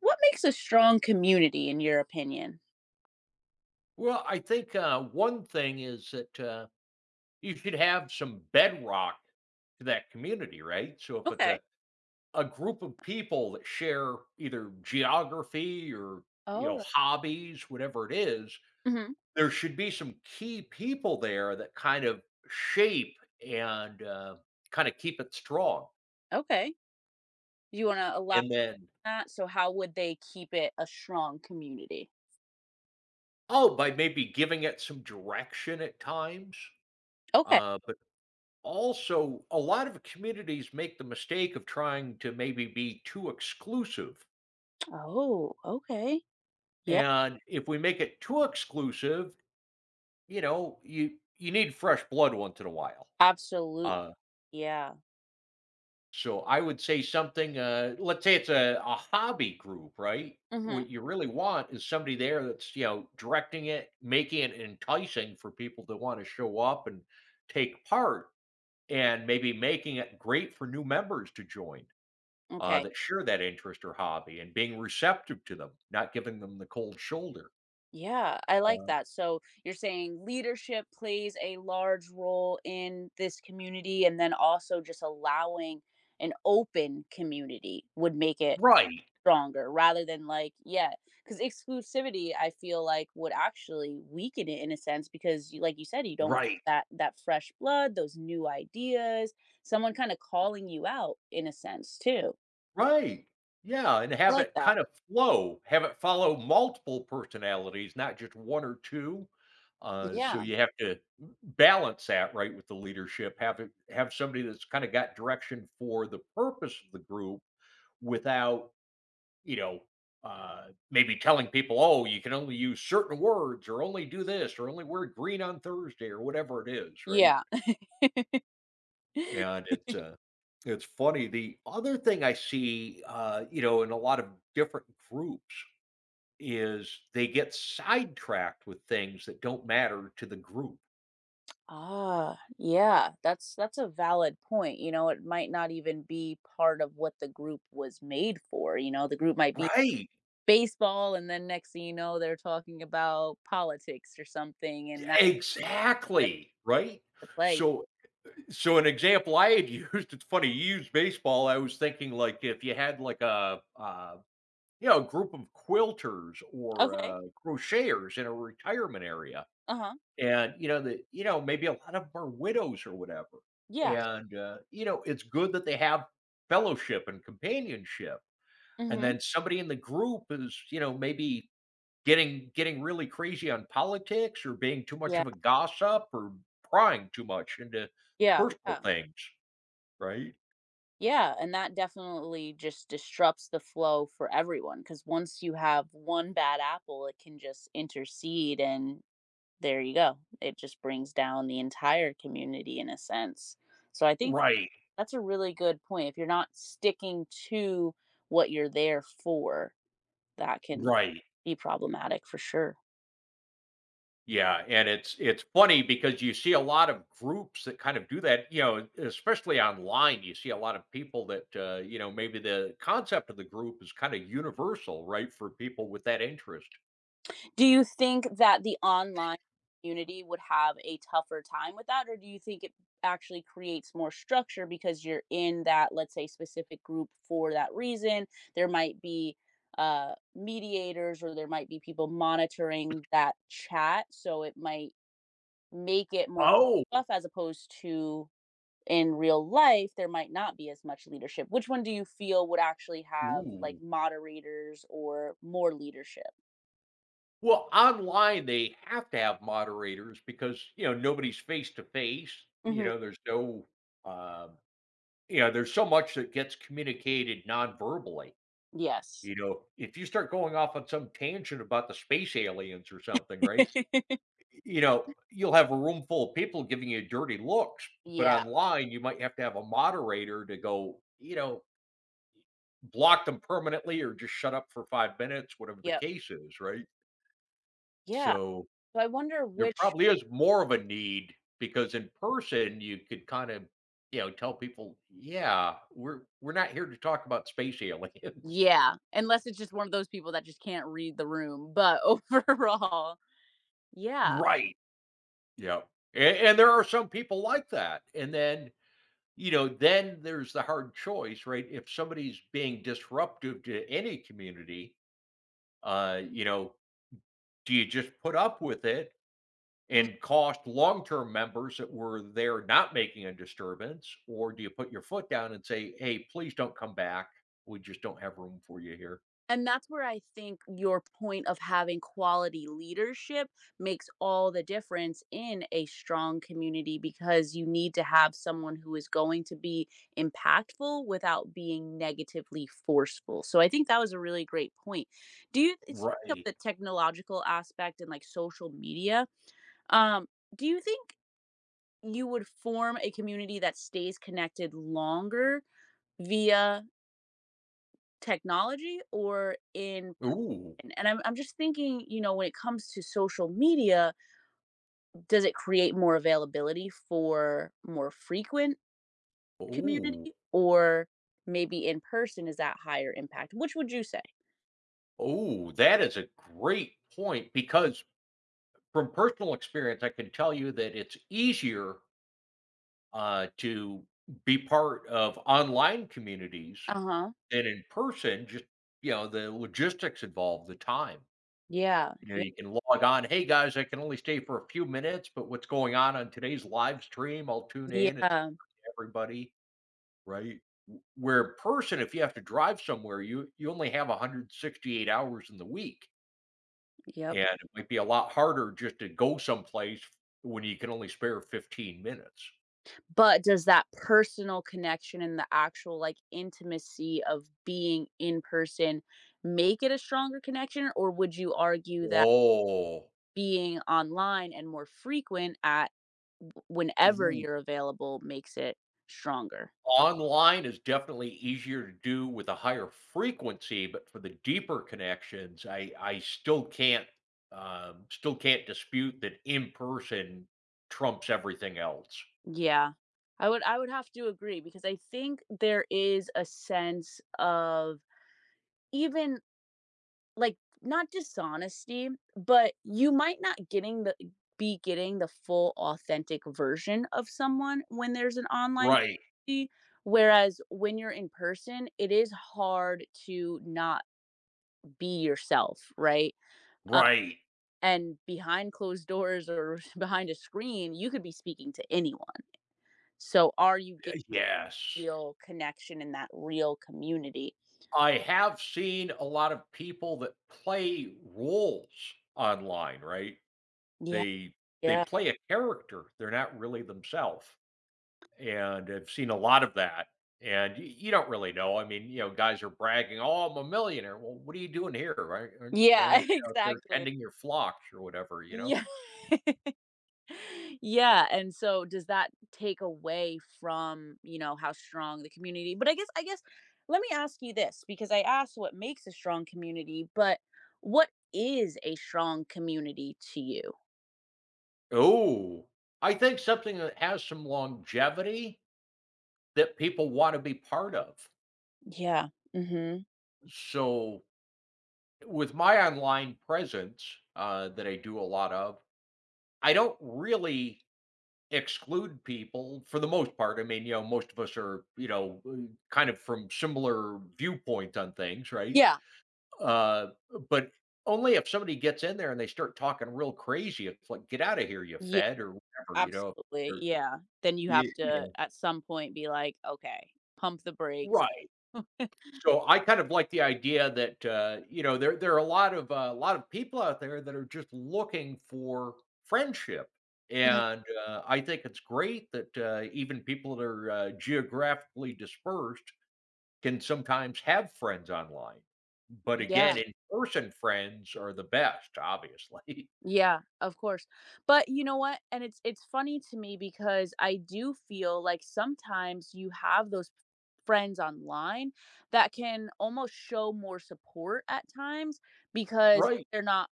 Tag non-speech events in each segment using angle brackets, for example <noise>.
What makes a strong community in your opinion? Well, I think, one thing is that, you should have some bedrock to that community, right? So if it's Okay. a group of people that share either geography or, you know, Oh, hobbies, whatever it is, mhm, there should be some key people there that kind of shape and, kinda keep it strong. okay. You wanna elaborate And then on that? So how would they keep it a strong community? oh, by maybe giving it some direction at times, Okay. But also, a lot of communities make the mistake of trying to maybe be too exclusive. Oh, okay. Yeah, And if we make it too exclusive, you know, you need fresh blood once in a while. absolutely, Uh, yeah. so I would say something. Let's say it's a hobby group, right? Mhm, What you really want is somebody there that's you know directing it, making it enticing for people to want to show up and take part, and maybe making it great for new members to join. Okay. That share that interest or hobby and being receptive to them, not giving them the cold shoulder. Yeah, I like that. So you're saying leadership plays a large role in this community, and then also just allowing an open community would make it Right. stronger rather than, like, yeah, because exclusivity, I feel like, would actually weaken it in a sense because you like you said, you don't get Right. that fresh blood, those new ideas, someone kind of calling you out in a sense too. Right. Yeah. And I have like it that. kind of flow, have it follow multiple personalities, not just one or two. So Yeah. you have to balance that right with the leadership. Have it have somebody that's kind of got direction for the purpose of the group without you know, maybe telling people, oh, you can only use certain words or only do this or only wear green on Thursday or whatever it is, right? Yeah. And it's funny. The other thing I see, you know, in a lot of different groups is they get sidetracked with things that don't matter to the group. Ah, yeah, that's a valid point. It might not even be part of what the group was made for. The group might be Right. baseball, and then next thing you know they're talking about politics or something. And that's the Exactly. Right. Play. So, so an example I had <laughs> used, it's funny, you used baseball. I was thinking like if you had like a you know, a group of quilters or, Okay. Crocheters in a retirement area, Uh-huh. and, you know, maybe a lot of them are widows or whatever, Yeah. and, you know, it's good that they have fellowship and companionship, and Mhm. then somebody in the group is, you know, maybe getting really crazy on politics or being too much Yeah. of a gossip or prying too much into Yeah, personal yeah. things, right? Yeah, and that definitely just disrupts the flow for everyone. Because once you have one bad apple, it can just intercede and there you go. It just brings down the entire community in a sense. So I think Right, that's a really good point. If you're not sticking to what you're there for, that can right. be problematic for sure. Yeah, and it's funny because you see a lot of groups that kind of do that, you know, especially online. You see a lot of people that you know, maybe the concept of the group is kind of universal, right, for people with that interest. Do you think that the online community would have a tougher time with that, or do you think it actually creates more structure because you're in that, let's say, specific group for that reason? There might be mediators, or there might be people monitoring that chat, so it might make it more Oh, tough as opposed to in real life there might not be as much leadership. Which one do you feel would actually have like ooh. moderators or more leadership? Well, online they have to have moderators because, you know, nobody's face to face. You Mhm. know, there's no um, you know, there's so much that gets communicated non-verbally. Yes. You know, if you start going off on some tangent about the space aliens or something, right? <laughs> You know, you'll have a room full of people giving you dirty looks, but Yeah. online you might have to have a moderator to go, you know, block them permanently or just shut up for 5 minutes, whatever the Yep. case is, right? Yeah. So, So I wonder there which. probably is more of a need because in person you could kind of, you know, tell people, "Yeah, we're not here to talk about space aliens." <laughs> Yeah, unless it's just one of those people that just can't read the room, but <laughs> overall, yeah. Right. Yeah, and there are some people like that, and then you know, then there's the hard choice, right? If somebody's being disruptive to any community, you know, do you just put up with it Mm. and cost long term members that were there not making a disturbance? Or do you put your foot down and say, hey, please don't come back? We just don't have room for you here. And that's where I think your point of having quality leadership makes all the difference in a strong community because you need to have someone who is going to be impactful without being negatively forceful. So I think that was a really great point. Do you It's speaking of Right. the technological aspect and like social media. Um, do you think you would form a community that stays connected longer via technology or in Ooh, person? And I'm just thinking, when it comes to social media, does it create more availability for more frequent ooh, community, or maybe in person is that higher impact? Which would you say? ooh, that is a great point because from personal experience, I can tell you that it's easier to be part of online communities Uh-huh. than in person, just, you know, the logistics involved, the time. Yeah. You know, Yeah. you can log on, hey guys, I can only stay for a few minutes, but what's going on today's live stream? I'll tune in and Yeah. everybody, right? Where in person, if you have to drive somewhere, you only have 168 hours in the week, Yep. and it might be a lot harder just to go someplace when you can only spare 15 minutes. But does that personal connection and the actual, like, intimacy of being in person make it a stronger connection, or would you argue that Oh, being online and more frequent at w whenever you're available makes it stronger? online is definitely easier to do with a higher frequency, but for the deeper connections, I still can't dispute that in person trumps everything else. Yeah. I would have to agree because I think there is a sense of, even, like, not dishonesty, but you might not getting the be getting the full authentic version of someone when there's an online Right, community, whereas when you're in person, it is hard to not be yourself, right? Uh, right. and behind closed doors or <laughs> behind a screen, you could be speaking to anyone. So are you getting Yes. real connection in that real community? I have seen a lot of people that play roles online, right? Yeah, They they yeah. play a character. They're not really themselves. And I've seen a lot of that. And you don't really know. I mean, you know, guys are bragging, "Oh, I'm a millionaire." Well, what are you doing here? Why Yeah, aren't <laughs> you out there exactly. tending your flocks or whatever? You know? Yeah. <laughs> Yeah, and so does that take away from, how strong the community, but I guess let me ask you this, because I asked what makes a strong community, but what is a strong community to you? Oh, I think something that has some longevity that people want to be part of. Yeah. Mhm. So, with my online presence that I do a lot of, I don't really exclude people for the most part. I mean, you know, most of us are, you know, kind of from similar viewpoint on things, right? Yeah. Uh, but only if somebody gets in there and they start talking real crazy, it's like, "Get out of here, you Yeah, fed," or whatever, you know, absolutely. or Yeah. Then you have y you to know at some point be like, "Okay, pump the brakes." Right. Mhm. So I kind of like the idea that, you know, there are a lot of people out there that are just looking for friendship, <laughs> and I think it's great that even people that are geographically dispersed can sometimes have friends online. But Yeah. again, in person friends are the best, obviously. <laughs> Yeah, of course. But you know what? And it's funny to me because I do feel like sometimes you have those friends online that can almost show more support at times because Right. they're not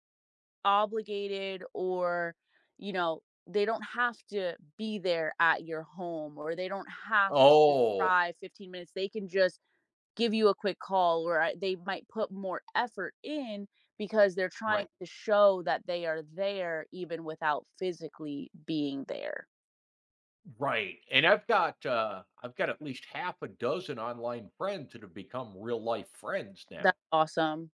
obligated, or they don't have to be there at your home, or they don't have to Oh, drive 15 minutes. They can just give you a quick call, or they might put more effort in because they're trying right, to show that they are there even without physically being there. right. And I've got at least half a dozen online friends that have become real life friends now. That's awesome.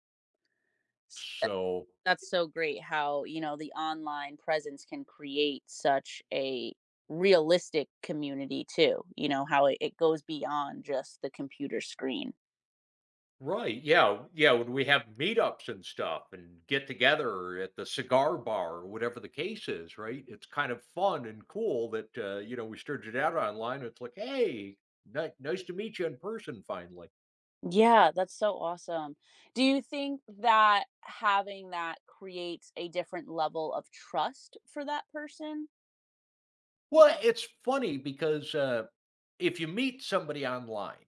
S- that- So That's so great how, you know, the online presence can create such a realistic community too, how it goes beyond just the computer screen. right, yeah, yeah, when we have meetups and stuff and get together at the cigar bar or whatever the case is, right? It's kind of fun and cool that you know we stirred it out online. It's like, hey, nice to meet you in person finally. Yeah, that's so awesome. Do you think that having that creates a different level of trust for that person? Well, it's funny because if you meet somebody online,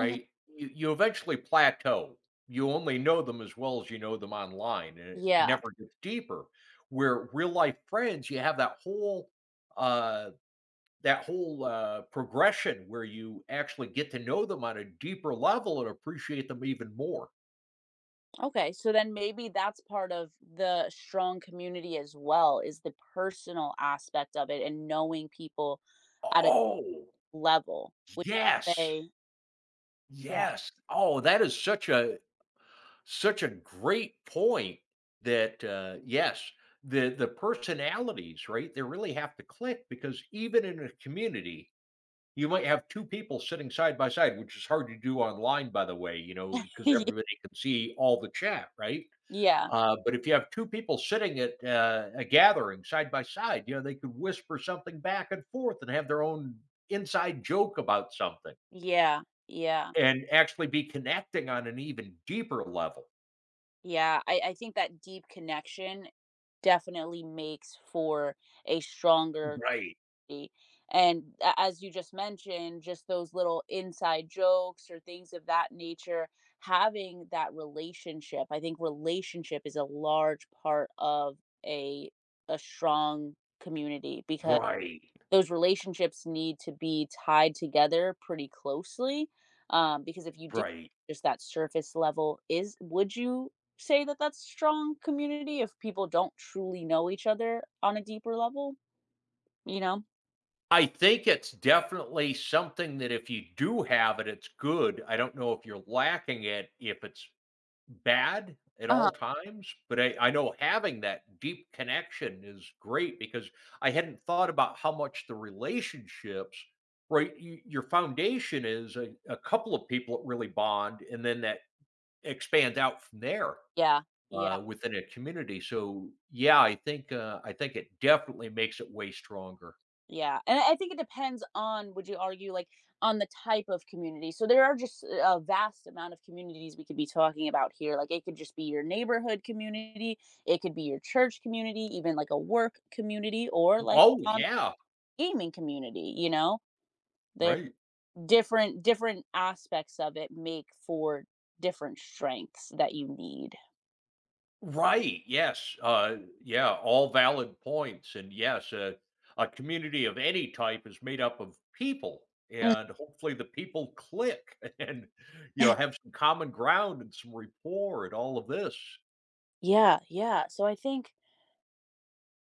Mhm. You eventually plateau. You only know them as well as you know them online, and it Yeah. never gets deeper. Where real life friends, you have that uh, whole progression where you actually get to know them on a deeper level and appreciate them even more. Okay. So then maybe that's part of the strong community as well, is the personal aspect of it and knowing people at a Oh, level. Would you yes, say? Yeah. yes. Oh, that is such a such a great point that, yes, the personalities, right? They really have to click because even in a community, you might have two people sitting side by side, which is hard to do online, by the way, you know, because everybody <laughs> can see all the chat, right? Yeah. Yeah, But if you have two people sitting at, a gathering side by side, you know, they could whisper something back and forth and have their own inside joke about something yeah, yeah, and actually be connecting on an even deeper level. yeah. I think that deep connection definitely makes for a stronger. Right. And as you just mentioned, just those little inside jokes or things of that nature, having that relationship, I think relationship is a large part of a strong community because Right, those relationships need to be tied together pretty closely. Because if you do right. just that surface level, is would you say that that's strong community if people don't truly know each other on a deeper level? You know? I think it's definitely something that if you do have it, it's good. I don't know if you're lacking it, if it's bad at all times, but I know having that deep connection is great because I hadn't thought about how much the relationships, right? Your foundation is a couple of people that really bond, and then that expands out from there. Yeah, yeah, Within a community, so yeah, I think it definitely makes it way stronger. yeah, and I think it depends on, would you argue, like, on the type of community, so there are just a vast amount of communities we could be talking about here, like, it could just be your neighborhood community, it could be your church community, even, like, a work community, or, like, Oh, on yeah. gaming community, you know? There Right. Different aspects of it make for different strengths that you need. Right, yes, yeah, all valid points, and yes, a community of any type is made up of people, Mm, and hopefully the people click <laughs> and, you know, have some common ground and some rapport and all of this. yeah, yeah, so I think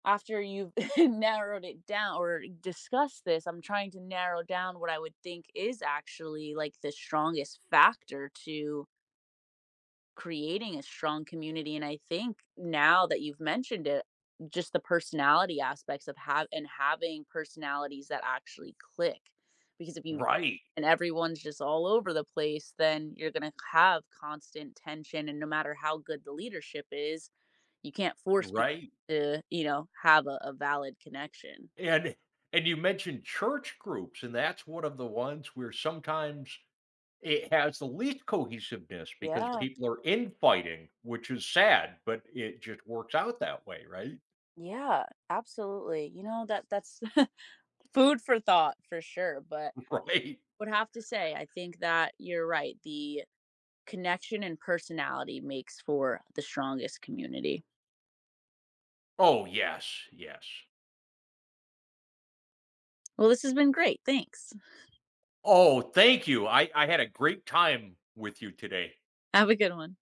after you've <laughs> narrowed it down or discussed this, I'm trying to narrow down what I would think is actually like the strongest factor to creating a strong community. And I think now that you've mentioned it, just the personality aspects of have and having personalities that actually click. Because if you Right, And everyone's just all over the place, then you're going to have constant tension. And no matter how good the leadership is, you can't force people right, to, have a, valid connection. and and you mentioned church groups, and that's one of the ones where sometimes it has the least cohesiveness because Yeah, people are infighting, which is sad, but it just works out that way, right? yeah, absolutely. You know that that's <laughs> food for thought for sure. But <laughs> Right. would have to say, I think that you're right. The connection and personality makes for the strongest community. Oh, yes, yes. Well, this has been great. Thanks. Oh, thank you. I had a great time with you today. Have a good one.